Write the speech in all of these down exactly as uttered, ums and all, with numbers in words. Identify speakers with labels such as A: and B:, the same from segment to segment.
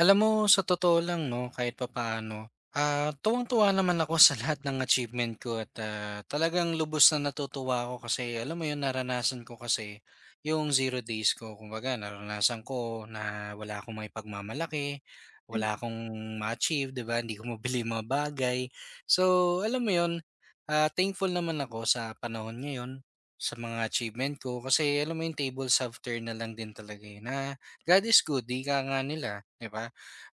A: Alam mo, sa totoo lang, no, kahit papaano, ah, tuwang-tuwa naman ako sa lahat ng achievement ko at ah, talagang lubos na natutuwa ako kasi alam mo yun, naranasan ko kasi yung zero days ko. Kumbaga, naranasan ko na wala akong may pagmamalaki,
B: Mm,
A: wala akong ma-achieve, di ba? Hindi ko mabili yung mga bagay. So, alam mo yun, ah, thankful naman ako sa panahon ngayon sa mga achievement ko kasi alam mo yung tables have turned na lang din talaga yun na God is good, di ka nga nila, di ba?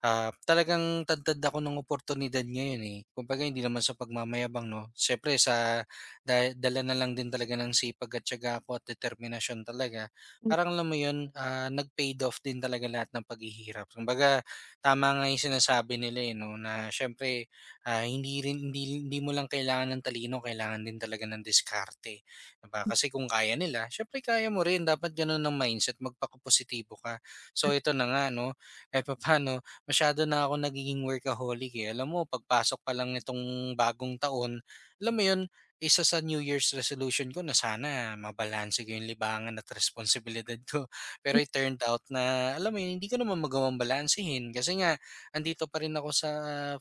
A: ah, Talagang tad-tad ako ng oportunidad ngayon, eh. Kumbaga hindi naman sa pagmamayabang 'no, siyempre sa da dala na lang din talaga ng sipag at tiyaga ko at determinasyon talaga,
B: mm.
A: parang alam mo 'yun, ah, nag-paid off din talaga lahat ng paghihirap. Kumbaga tama nga 'yung sinasabi nila, eh, 'no, na siyempre, ah, hindi rin hindi hindi mo lang kailangan ng talino, kailangan din talaga ng diskarte, 'di kasi kung kaya nila, siyempre kaya mo rin. Dapat gano'n ng mindset, magpakapositibo ka. So, ito na nga 'no, kahit papaano masyado na ako nagiging workaholic eh. Alam mo, pagpasok pa lang nitong bagong taon, alam mo yun, isa sa New Year's resolution ko na sana mabalanse ko yung libangan at responsibilidad ko. Pero it turned out na, alam mo yun, hindi ko naman magawang balansehin. Kasi nga, andito pa rin ako sa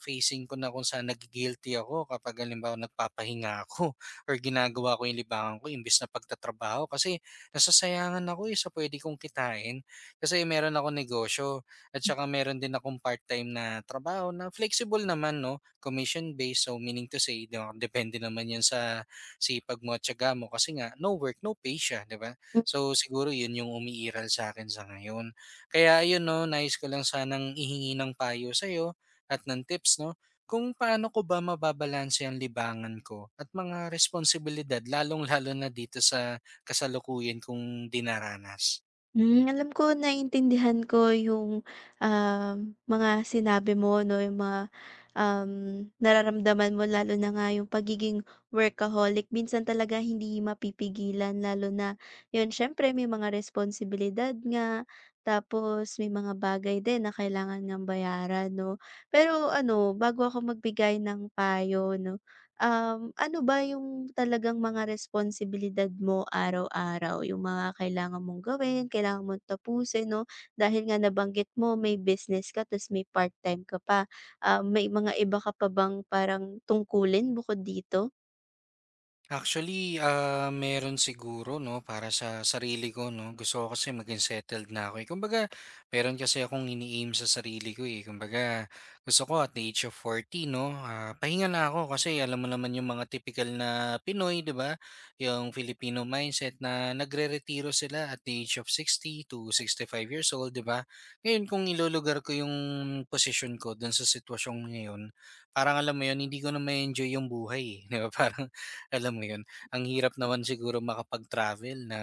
A: facing ko na kung saan nagigilty ako kapag halimbawa nagpapahinga ako or ginagawa ko yung libangan ko imbis na pagtatrabaho. Kasi nasasayangan ako eh sa pwede kong kitain kasi meron ako negosyo. At saka meron din akong part-time na trabaho na flexible naman 'no, commission-based. So meaning to say 'di ba, depende naman 'yan sa sipag mo at tiyaga mo kasi nga no work, no pay siya 'di ba? So siguro 'yun yung umiiral sa akin sa ngayon. Kaya ayun 'no, nais ko lang sanang ihingi ng payo sa'yo at ng tips 'no, kung paano ko ba mababalanse ang libangan ko at mga responsibilidad lalong-lalo na dito sa kasalukuyan kong dinaranas.
B: Alam ko naintindihan ko yung, um, mga sinabi mo 'no, yung mga, um, nararamdaman mo lalo na nga yung pagiging workaholic minsan talaga hindi mapipigilan lalo na yun siyempre may mga responsibilidad nga, tapos may mga bagay din na kailangan ng bayaran 'no. Pero ano, bago ako magbigay ng payo 'no, Um, ano ba yung talagang mga responsibilidad mo araw-araw, yung mga kailangan mong gawin, kailangan mong tapusin 'no? Dahil nga nabanggit mo may business ka ta's may part-time ka pa, ah, may mga iba ka pa bang parang tungkulin bukod dito?
A: Actually, ah, meron siguro 'no, para sa sarili ko 'no. Gusto ko kasi maging settled na ako, eh. Kumbaga meron kasi akong ini-aim sa sarili ko, eh. Kumbaga gusto ko at the age of forty 'no, ah, pahinga na ako kasi alam mo naman yung mga typical na Pinoy, 'di ba? Yung Filipino mindset na nagreretiro sila at the age of sixty to sixty five years old, 'di ba? Ngayon kung ilulugar ko yung posisyon ko dun sa sitwasyong ngayon, parang alam mo yun, hindi ko na ma-enjoy yung buhay, eh, 'di ba? Parang alam mo 'yun, ang hirap naman siguro makapag-travel na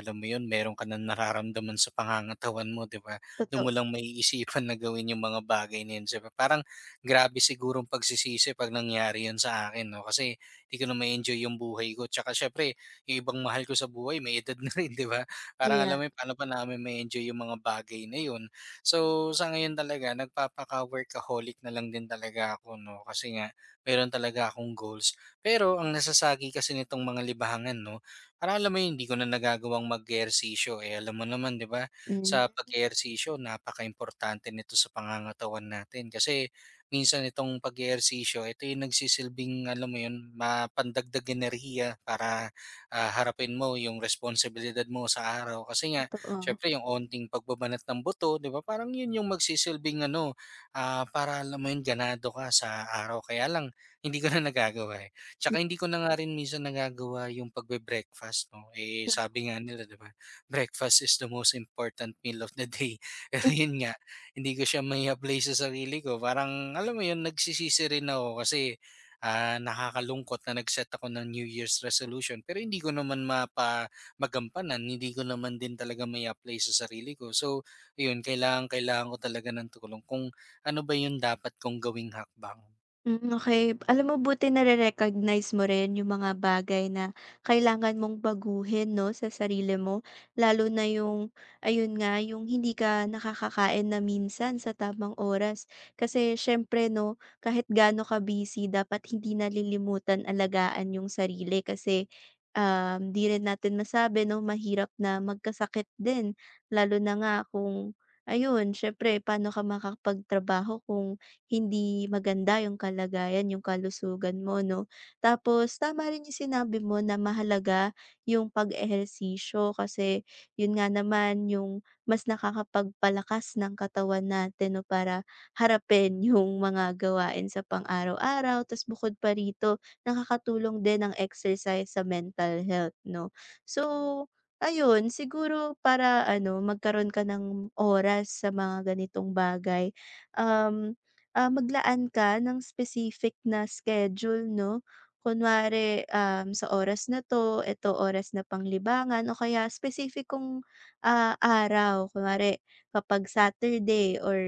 A: alam mo 'yun, meron ka ng nararamdaman sa pangangatawan mo, 'di ba? Do'n
B: Totoo.
A: mo lang maiisipan na gawin yung mga bagay na 'yun, so parang grabe siguro sigurong pagsisisi 'pag nangyari 'yun sa akin 'no, kasi hindi ko na ma-enjoy yung buhay ko tsaka siyempre yung ibang mahal ko sa buhay may edad na rin, 'di ba? Parang
B: Kaya,
A: alam mo 'yun, paano pa namin ma-enjoy yung mga bagay na 'yun. So, sa ngayon talaga nagpapaka-workaholic na lang din talaga ako 'no, kasi nga meron talaga akong goals. Pero ang nasasagi kasi nitong mga libangan 'no, parang alam mo yun, hindi ko na nagagawang mag-ehersisyo, eh, alam mo naman 'di ba, sa
B: hmm,
A: pag-ehersisyo napakaimportante nito sa pangangatawan natin. Kasi minsan itong pag-ehersisyo, ito yung nagsisilbing alam mo yun, ma pandagdag enerhiya para, ah, harapin mo yung responsibilidad mo sa araw. Kasi nga
B: totoo.
A: syempre yung onting pagbabanat ng buto 'di ba, parang yun yung magsisilbing ano, ah, para alam mo yun ganado ka sa araw. Kaya lang hindi ko na nagagawa, eh. Tsaka hindi ko na nga rin minsan nagagawa yung pagbe-breakfast 'no, eh, sabi nga nila 'di ba, breakfast is the most important meal of the day. Pero yun nga, hindi ko siya may apply sa sarili ko. Parang alam mo yun, nagsisisi rin ako kasi, ah, nakakalungkot na nag-set ako ng New Year's resolution pero hindi ko naman mapa magampanan, hindi ko naman din talaga may apply sa sarili ko. So yun kailangang-kailangan ko talaga ng tulong kung ano ba yung dapat kong gawing hakbang.
B: Hmm, okay. Alam mo, buti nare-recognize mo rin yung mga bagay na kailangan mong baguhin 'no, sa sarili mo. Lalo na yung ayun nga, yung hindi ka nakakakain na minsan sa tamang oras. Kasi siyempre 'no, kahit gaano ka busy dapat hindi nalilimutan alagaan yung sarili kasi, um, 'di rin natin masabi 'no, mahirap na magkasakit din. Lalo na nga kung ayun, siyempre paano ka makakapagtrabaho kung hindi maganda yung kalagayan, yung kalusugan mo 'no. Tapos tama rin yung sinabi mo na mahalaga yung pag-ehersisyo kasi yun nga naman yung mas nakakapagpalakas ng katawan natin 'no, para harapin yung mga gawain sa pang-araw-araw. Ta's bukod pa rito nakakatulong din ang exercise sa mental health 'no. So, ayun siguro para ano magkaroon ka ng oras sa mga ganitong bagay, um ah, maglaan ka ng specific na schedule 'no. Kunwari, um, sa oras na 'to, eto oras na panglibangan o kaya specificong, ah, araw. Kunwari kapag Saturday or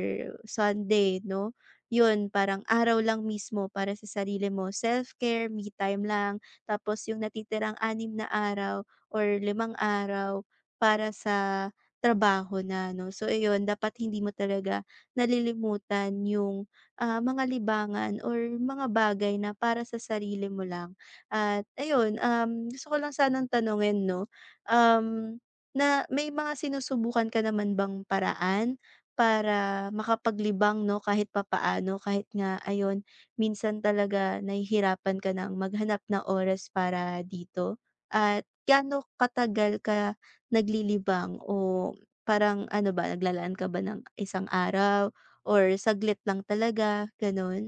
B: Sunday 'no, yun parang araw lang mismo para sa sarili mo, self-care, me time lang. Tapos yung natitirang anim na araw or limang araw para sa trabaho na 'no. So ayun, dapat hindi mo talaga nalilimutan yung ah, mga libangan or mga bagay na para sa sarili mo lang. At ayun, um, gusto ko lang sanang tanungin 'no, um, na may mga sinusubukan ka naman bang paraan para makapaglibang 'no, kahit papaano kahit nga ayon minsan talaga nahihirapan ka ng maghanap ng oras para dito? At gaano katagal ka naglilibang o parang ano ba, naglalaan ka ba ng isang araw? Or saglit lang talaga, gano'n?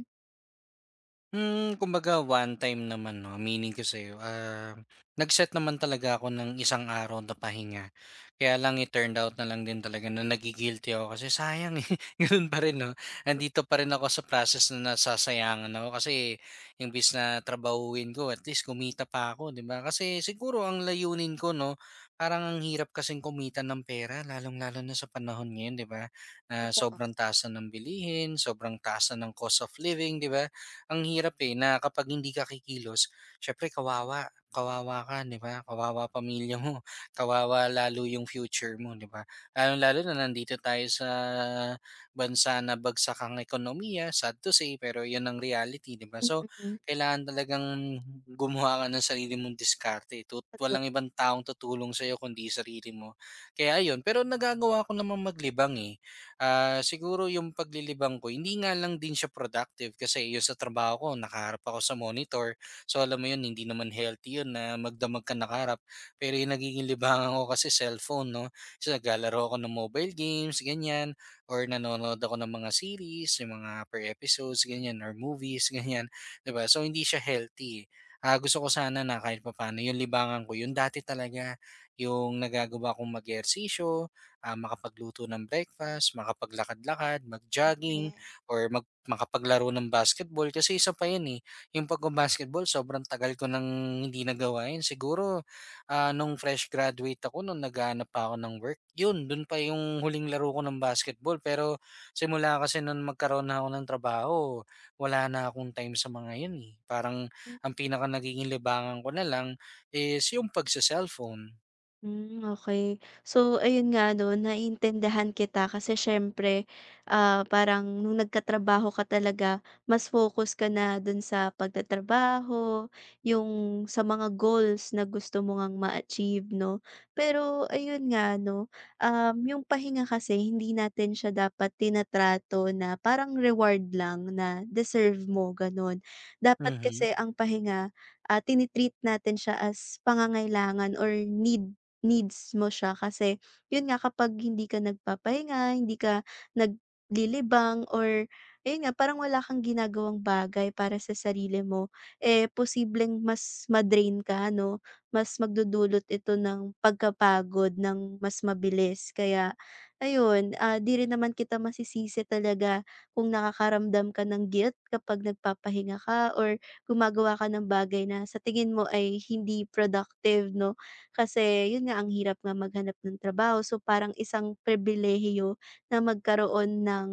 A: Hmm, kumbaga one time naman 'no, meaning ko sa'yo, ah, nag-set naman talaga ako ng isang araw na pahinga. Kaya lang it turned out na lang din talaga na nagi-guilty ako kasi sayang, eh, gano'n pa rin 'no. Nandito pa rin ako sa process na nasasayangan ako kasi yung bis na trabahuhin ko at least kumita pa ako, 'di ba? Kasi siguro ang layunin ko 'no, parang ang hirap kasing kumita ng pera lalong-lalo na sa panahon ngayon, 'di ba? Na sobrang taas na ng bilihin, sobrang taas na ng cost of living, 'di ba? Ang hirap, eh, na kapag hindi ka kikilos syempre kawawa, kawawa ka, 'di ba? Kawawa pamilya mo, kawawa lalo yung future mo, 'di ba? Lalong-lalo na nandito tayo sa bansa na bagsak ang ekonomiya, sad to say, pero 'yun ang reality, 'di ba? So,
B: Mm,
A: kailangan talagang gumawa ka ng sarili mong diskarte, eh, tut
B: totoo.
A: walang ibang taong tutulong sa'yo kundi sarili mo, kaya ayun. Pero nagagawa ko naman maglibang, eh, Ah, siguro yung paglilibang ko, hindi nga lang din siya productive kasi yun sa trabaho ko, nakaharap ako sa monitor. So alam mo yun, hindi naman healthy yun na magdamag ka nakaharap. Pero yung nagiging libangan ko kasi cellphone, no? So naglalaro ako ng mobile games, ganyan. Or nanonood ako ng mga series, yung mga per episodes, ganyan. Or movies, ganyan. 'Di ba? So hindi siya healthy, eh. Ah, gusto ko sana na kahit papaano yung libangan ko, yung dati talaga, yung nagagawa kong mag-ehersisyo, ah, makapagluto ng breakfast, makapaglakad-lakad, mag-jogging, or mag makapaglaro ng basketball kasi isa pa 'yun, eh, yung pagba-basketball sobrang tagal ko nang hindi nagawa 'yun. Siguro, ah, nung fresh graduate ako nung naghahanap pa ako ng work, 'yun dun pa yung huling laro ko ng basketball. Pero simula kasi nung magkaroon na ako ng trabaho, wala na akong time sa mga 'yun, eh. Parang ang pinaka nagiging libangan ko na lang is yung pagse-cellphone.
B: Hmm, okay. So, ayun nga 'no, naiintindihan kita kasi siyempre, ah, parang nung nagkatrabaho ka talaga, mas focus ka na dun sa pagtatrabaho, yung sa mga goals na gusto mo ngang ma-achieve 'no. Pero ayun nga 'no, um, yung pahinga kasi hindi natin siya dapat tinatrato na parang reward lang na deserve mo, gano'n. Dapat
A: Mhm.
B: kasi ang pahinga, ah, tini natin siya as pangangailangan or need. Needs mo siya kasi yun nga kapag hindi ka nagpapahinga, hindi ka naglilibang or ayun nga parang wala kang ginagawang bagay para sa sarili mo, eh, posibleng mas madrain ka 'no, mas magdudulot ito ng pagkapagod ng mas mabilis. Kaya ayun, ah, 'di rin naman kita masisisi talaga kung nakakaramdam ka ng guilt kapag nagpapahinga ka or gumagawa ka ng bagay na sa tingin mo ay hindi productive 'no. Kasi yun nga, ang hirap nga maghanap ng trabaho. So, parang isang pribilehiyo na magkaroon ng,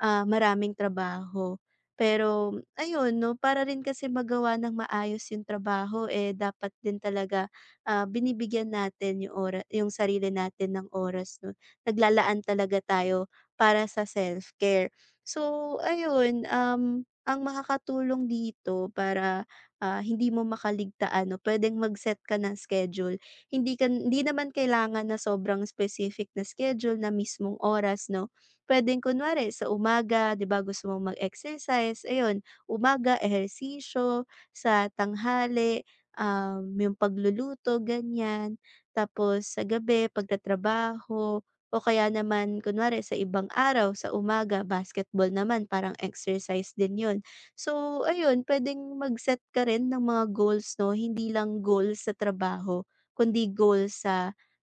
B: ah, maraming trabaho. Pero ayun 'no, para rin kasi magawa ng maayos yung trabaho, eh, dapat din talaga, ah, binibigyan natin yung ora yung sarili natin ng oras 'no. Naglalaan talaga tayo para sa self-care. So ayun, um, ang makakatulong dito para, ah, hindi mo makaligtaan 'no, pwedeng mag-set ka ng schedule. Hindi ka hindi naman kailangan na sobrang specific na schedule na mismong oras 'no. Puwedeng kunwari sa umaga, 'di ba, gusto mong mag-exercise, ayun, umaga ehersisyo, sa tanghali, um, yung pagluluto, ganyan. Tapos sa gabi pagtatrabaho o kaya naman kunwari sa ibang araw, sa umaga basketball naman, parang exercise din yun. So ayun, puwedeng mag-set ka rin ng mga goals 'no, hindi lang goals sa trabaho kundi goal sa,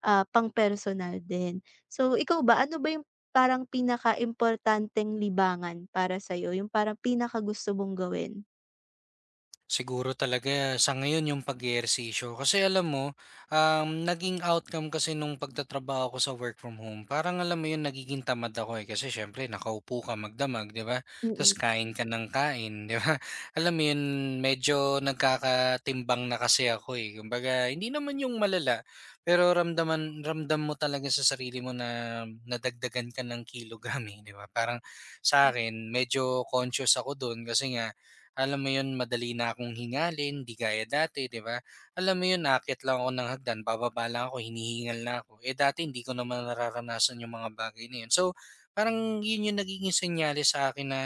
B: ah, pang-personal din. So, ikaw ba, ano ba yung parang pinaka pinakaimportanteng libangan para sa'yo, yung parang pinaka gusto mong gawin?
A: Siguro talaga sa ngayon yung pag-eehersisyo. Kasi alam mo, um, naging outcome kasi nung pagtatrabaho ko sa work from home, parang alam mo yun, nagiging tamad ako eh. Kasi syempre, nakaupo ka magdamag, di ba? Tapos
B: Mm.
A: kain ka ng kain, di ba? Alam mo yun, medyo nagkakatimbang na kasi ako eh. Kumbaga, hindi naman yung malala. Pero ramdaman, ramdam mo talaga sa sarili mo na nadagdagan ka ng kilogram eh, di ba? Parang sa akin, medyo conscious ako doon kasi nga, alam mo 'yun, madali na akong hingalin, 'di gaya dati, 'di ba? Alam mo 'yun, aakyat lang ako ng hagdan, bababa lang ako, hinihingal na ako. Eh, dati hindi ko naman nararanasan yung mga bagay na 'yun. So, parang 'yun yung nagiging senyales sa akin na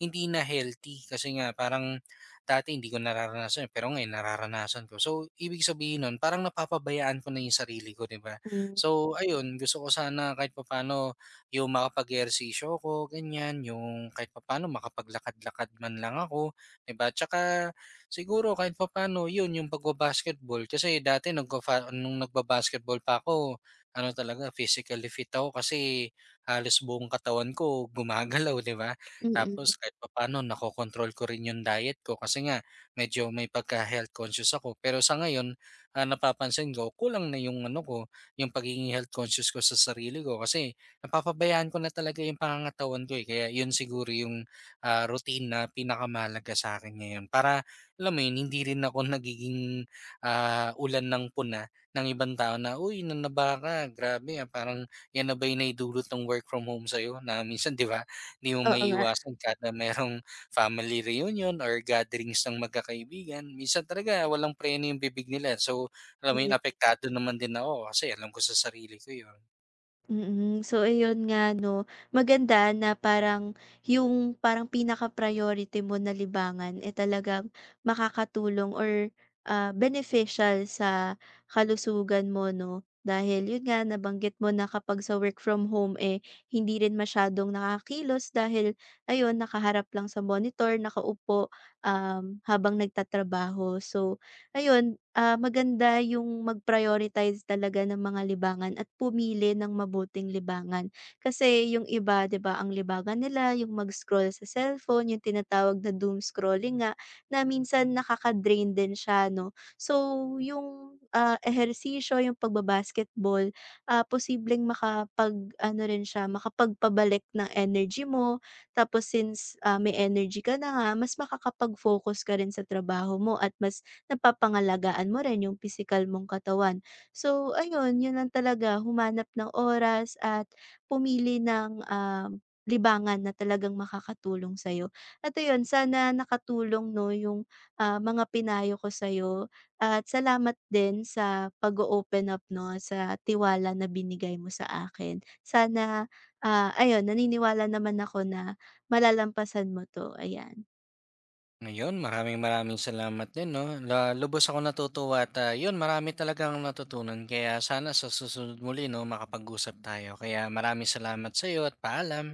A: hindi na healthy kasi nga parang dati hindi ko nararanasan, eh, pero ngayon nararanasan ko. So, ibig sabihin nun, parang napapabayaan ko na yung sarili ko, 'di ba?
B: Hmm,
A: So, ayun, gusto ko sana kahit papaano yung makapag-ehersisyo ko, ganyan, yung kahit papaano makapaglakad-lakad man lang ako, 'di ba? Tsaka siguro kahit papaano 'yun yung pagba-basketball kasi dati nagfafa nung nagba-basketball pa ako ano talaga physically fit ako kasi halos buong katawan ko gumagalaw 'di ba?
B: mm.
A: Tapos kahit papaano nakokontrol ko rin yung diet ko kasi nga medyo may pagka-health conscious ako. Pero sa ngayon, ah, napapansin ko kulang na yung ano ko, yung pagiging health conscious ko sa sarili ko kasi napapabayaan ko na talaga yung pangangatawan ko, eh. Kaya 'yun siguro yung ah, routine na pinakamahalaga sa'kin ngayon para alam mo 'yun, hindi rin ako nagiging, ah, ulan ng puna ng ibang tao na, "Uy, nanaba ka, grabe, ah, parang 'yan na ba 'yung naidulot ng work from home sa'yo?" Na minsan 'di ba, hindi mo
B: Oo nga,
A: maiiwasan kada merong family reunion or gatherings ng magkakaibigan, minsan talaga walang preno 'yung bibig nila. So, alam mo 'yun,
B: ayun.
A: apektado naman din ako kasi alam ko sa sarili ko 'yun.
B: Mm. So ayun nga 'no, maganda na parang yung parang pinaka-priority mo na libangan, eh, talagang makakatulong or, ah, beneficial sa kalusugan mo 'no. Dahil yun nga nabanggit mo na kapag sa work from home, eh, hindi rin masyadong nakakilos dahil ayun nakaharap lang sa monitor, nakaupo, um, habang nagtatrabaho. So, Ayun, ah, maganda yung mag-prioritize talaga ng mga libangan at pumili ng mabuting libangan. Kasi yung iba 'di ba, ang libangan nila yung mag-scroll sa cellphone, yung tinatawag na doom scrolling nga, na minsan nakaka-drain din siya 'no. So yung, ah, ehersisyo, yung pagbabasketball, basketball ah, posibleng makapag-ano rin siya, makapagpabalik ng energy mo. Tapos since, ah, may energy ka na nga, mas makakapag-focus ka rin sa trabaho mo at mas napapangalagaan mo rin yung physical mong katawan. So ayun, yun lang talaga humanap ng oras at pumili ng, um, libangan na talagang makakatulong sa'yo. At ayun, sana nakatulong 'no yung, ah, mga pinayo ko sa'yo at salamat din sa pag open up 'no, sa tiwala na binigay mo sa akin. Sana, ah, ayun naniniwala naman ako na malalampasan mo 'to, ayan.
A: Ayun, maraming maraming salamat din 'no. La lubos akong natutuwa at, ah, 'yun marami talagang natutunan kaya sana sa susunod muli 'no makapag-usap tayo. Kaya maraming salamat sa'yo at paalam.